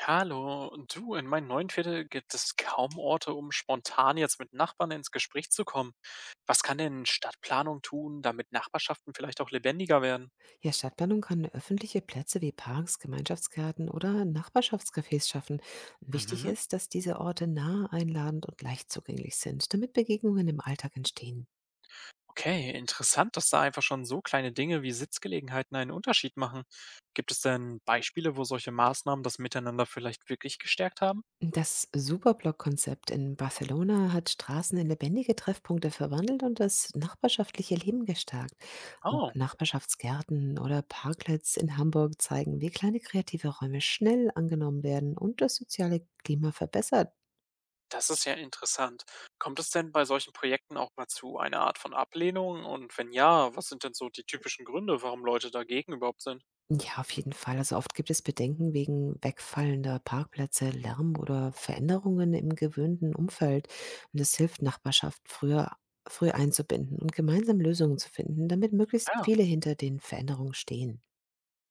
Hallo, du, in meinem neuen Viertel gibt es kaum Orte, um spontan jetzt mit Nachbarn ins Gespräch zu kommen. Was kann denn Stadtplanung tun, damit Nachbarschaften vielleicht auch lebendiger werden? Ja, Stadtplanung kann öffentliche Plätze wie Parks, Gemeinschaftsgärten oder Nachbarschaftscafés schaffen. Wichtig Mhm. ist, dass diese Orte nah, einladend und leicht zugänglich sind, damit Begegnungen im Alltag entstehen. Okay, interessant, dass da einfach schon so kleine Dinge wie Sitzgelegenheiten einen Unterschied machen. Gibt es denn Beispiele, wo solche Maßnahmen das Miteinander vielleicht wirklich gestärkt haben? Das Superblock-Konzept in Barcelona hat Straßen in lebendige Treffpunkte verwandelt und das nachbarschaftliche Leben gestärkt. Auch Oh, Nachbarschaftsgärten oder Parklets in Hamburg zeigen, wie kleine kreative Räume schnell angenommen werden und das soziale Klima verbessert. das ist ja interessant. Kommt es denn bei solchen Projekten auch mal zu einer Art von Ablehnung? Und wenn ja, was sind denn so die typischen Gründe, warum Leute dagegen überhaupt sind? Ja, auf jeden Fall. Also oft gibt es Bedenken wegen wegfallender Parkplätze, Lärm oder Veränderungen im gewöhnten Umfeld. Und es hilft, Nachbarschaft früh einzubinden und gemeinsam Lösungen zu finden, damit möglichst Ja, viele hinter den Veränderungen stehen.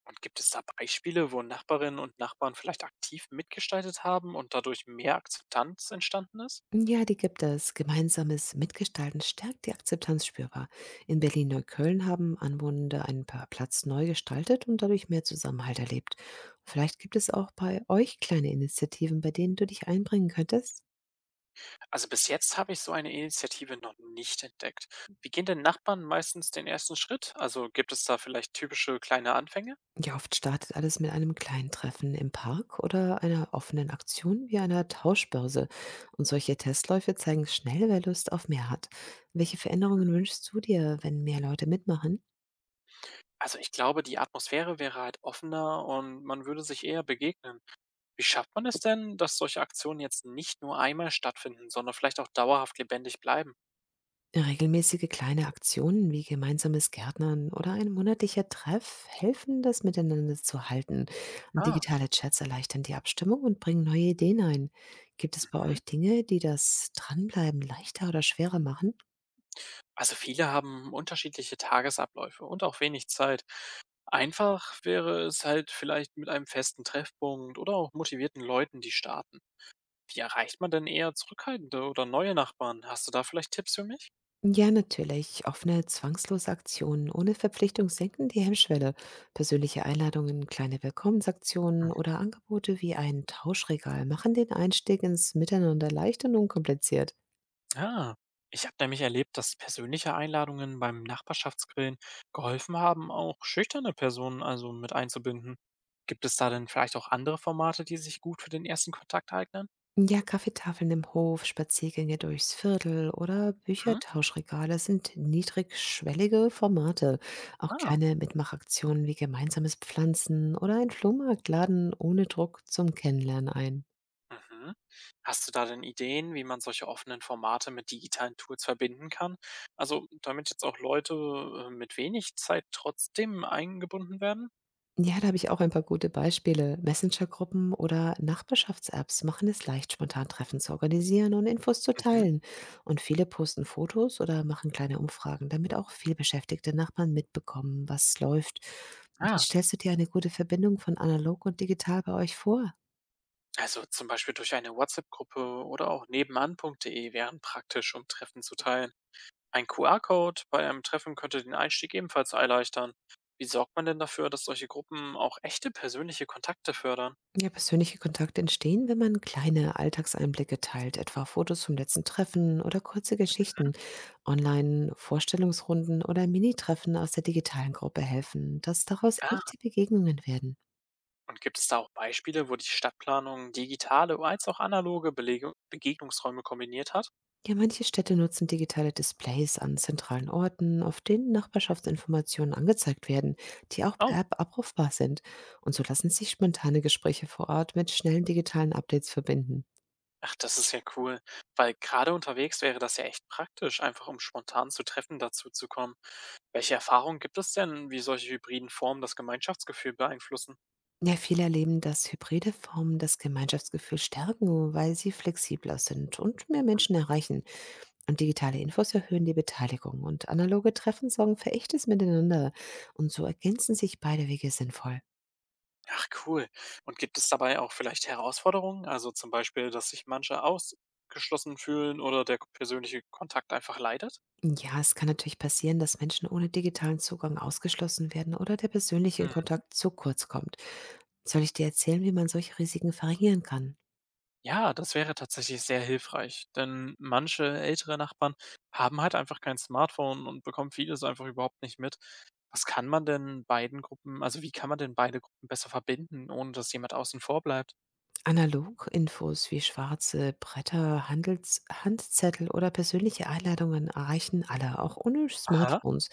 und gibt es da Beispiele, wo Nachbarinnen und Nachbarn vielleicht aktiv mitgestaltet haben und dadurch mehr Akzeptanz entstanden ist? Ja, die gibt es. Gemeinsames Mitgestalten stärkt die Akzeptanz spürbar. In Berlin-Neukölln haben Anwohner einen Platz neu gestaltet und dadurch mehr Zusammenhalt erlebt. Vielleicht gibt es auch bei euch kleine Initiativen, bei denen du dich einbringen könntest. Also bis jetzt habe ich so eine Initiative noch nicht entdeckt. Wie gehen denn Nachbarn meistens den ersten Schritt? Also gibt es da vielleicht typische kleine Anfänge? Ja, oft startet alles mit einem kleinen Treffen im Park oder einer offenen Aktion wie einer Tauschbörse. Und solche Testläufe zeigen schnell, wer Lust auf mehr hat. Welche Veränderungen wünschst du dir, wenn mehr Leute mitmachen? Also ich glaube, die Atmosphäre wäre halt offener und man würde sich eher begegnen. Wie schafft man es denn, dass solche Aktionen jetzt nicht nur einmal stattfinden, sondern vielleicht auch dauerhaft lebendig bleiben? Regelmäßige kleine Aktionen wie gemeinsames Gärtnern oder ein monatlicher Treff helfen, das Miteinander zu halten. Und Ah, digitale Chats erleichtern die Abstimmung und bringen neue Ideen ein. Gibt es bei mhm. euch Dinge, die das Dranbleiben leichter oder schwerer machen? Also viele haben unterschiedliche Tagesabläufe und auch wenig Zeit. Einfach wäre es halt vielleicht mit einem festen Treffpunkt oder auch motivierten Leuten, die starten. Wie erreicht man denn eher zurückhaltende oder neue Nachbarn? Hast du da vielleicht Tipps für mich? Ja, natürlich. Offene, zwangslose Aktionen ohne Verpflichtung senken die Hemmschwelle. Persönliche Einladungen, kleine Willkommensaktionen oder Angebote wie ein Tauschregal machen den Einstieg ins Miteinander leicht und unkompliziert. Ja, ich habe nämlich erlebt, dass persönliche Einladungen beim Nachbarschaftsgrillen geholfen haben, auch schüchterne Personen also mit einzubinden. Gibt es da denn vielleicht auch andere Formate, die sich gut für den ersten Kontakt eignen? Ja, Kaffeetafeln im Hof, Spaziergänge durchs Viertel oder Hm? Büchertauschregale sind niedrigschwellige Formate. Auch Ah, kleine Mitmachaktionen wie gemeinsames Pflanzen oder ein Flohmarktladen ohne Druck zum Kennenlernen ein. mhm. Hast du da denn Ideen, wie man solche offenen Formate mit digitalen Tools verbinden kann? Also, damit jetzt auch Leute mit wenig Zeit trotzdem eingebunden werden? Ja, da habe ich auch ein paar gute Beispiele. Messenger-Gruppen oder Nachbarschafts-Apps machen es leicht, spontan Treffen zu organisieren und Infos zu Mhm. teilen. Und viele posten Fotos oder machen kleine Umfragen, damit auch vielbeschäftigte Nachbarn mitbekommen, was läuft. Wie Ah. stellst du dir eine gute Verbindung von analog und digital bei euch vor? Also zum Beispiel durch eine WhatsApp-Gruppe oder auch nebenan.de wären praktisch, um Treffen zu teilen. Ein QR-Code bei einem Treffen könnte den Einstieg ebenfalls erleichtern. Wie sorgt man denn dafür, dass solche Gruppen auch echte persönliche Kontakte fördern? Ja, persönliche Kontakte entstehen, wenn man kleine Alltagseinblicke teilt, etwa Fotos vom letzten Treffen oder kurze Geschichten. Online-Vorstellungsrunden oder Mini-Treffen aus der digitalen Gruppe helfen, dass daraus echte Begegnungen werden. Und gibt es da auch Beispiele, wo die Stadtplanung digitale als auch analoge Belege Begegnungsräume kombiniert hat? Ja, manche Städte nutzen digitale Displays an zentralen Orten, auf denen Nachbarschaftsinformationen angezeigt werden, die auch Oh, per App abrufbar sind. Und so lassen sich spontane Gespräche vor Ort mit schnellen digitalen Updates verbinden. ach, das ist ja cool, weil gerade unterwegs wäre das ja echt praktisch, einfach um spontan zu Treffen dazu zu kommen. Welche Erfahrungen gibt es denn, wie solche hybriden Formen das Gemeinschaftsgefühl beeinflussen? Ja, viele erleben, dass hybride Formen das Gemeinschaftsgefühl stärken, weil sie flexibler sind und mehr Menschen erreichen. Und digitale Infos erhöhen die Beteiligung und analoge Treffen sorgen für echtes Miteinander. Und so ergänzen sich beide Wege sinnvoll. Ach, cool. Und gibt es dabei auch vielleicht Herausforderungen? Also zum Beispiel, dass sich manche ausgeschlossen fühlen oder der persönliche Kontakt einfach leidet? Ja, es kann natürlich passieren, dass Menschen ohne digitalen Zugang ausgeschlossen werden oder der persönliche Kontakt zu kurz kommt. Soll ich dir erzählen, wie man solche Risiken verringern kann? Ja, das wäre tatsächlich sehr hilfreich, denn manche ältere Nachbarn haben halt einfach kein Smartphone und bekommen vieles einfach überhaupt nicht mit. Was kann man denn beiden Gruppen also, wie kann man denn beide Gruppen besser verbinden, ohne dass jemand außen vor bleibt? Analog-Infos wie schwarze Bretter, Handels Handzettel oder persönliche Einladungen erreichen alle, auch ohne Aha, Smartphones.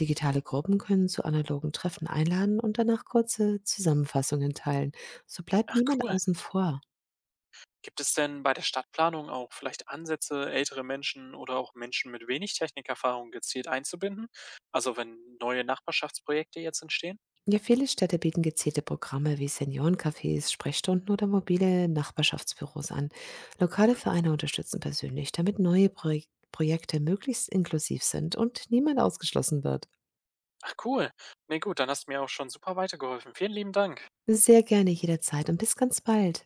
Digitale Gruppen können zu analogen Treffen einladen und danach kurze Zusammenfassungen teilen. So bleibt ach niemand cool. außen vor. Gibt es denn bei der Stadtplanung auch vielleicht Ansätze, ältere Menschen oder auch Menschen mit wenig Technikerfahrung gezielt einzubinden? Also, wenn neue Nachbarschaftsprojekte jetzt entstehen? Ja, viele Städte bieten gezielte Programme wie Seniorencafés, Sprechstunden oder mobile Nachbarschaftsbüros an. Lokale Mhm. Vereine unterstützen persönlich, damit neue Projekte möglichst inklusiv sind und niemand ausgeschlossen wird. Ach cool. Ne, gut, dann hast du mir auch schon super weitergeholfen. Vielen lieben Dank. Sehr gerne jederzeit und bis ganz bald.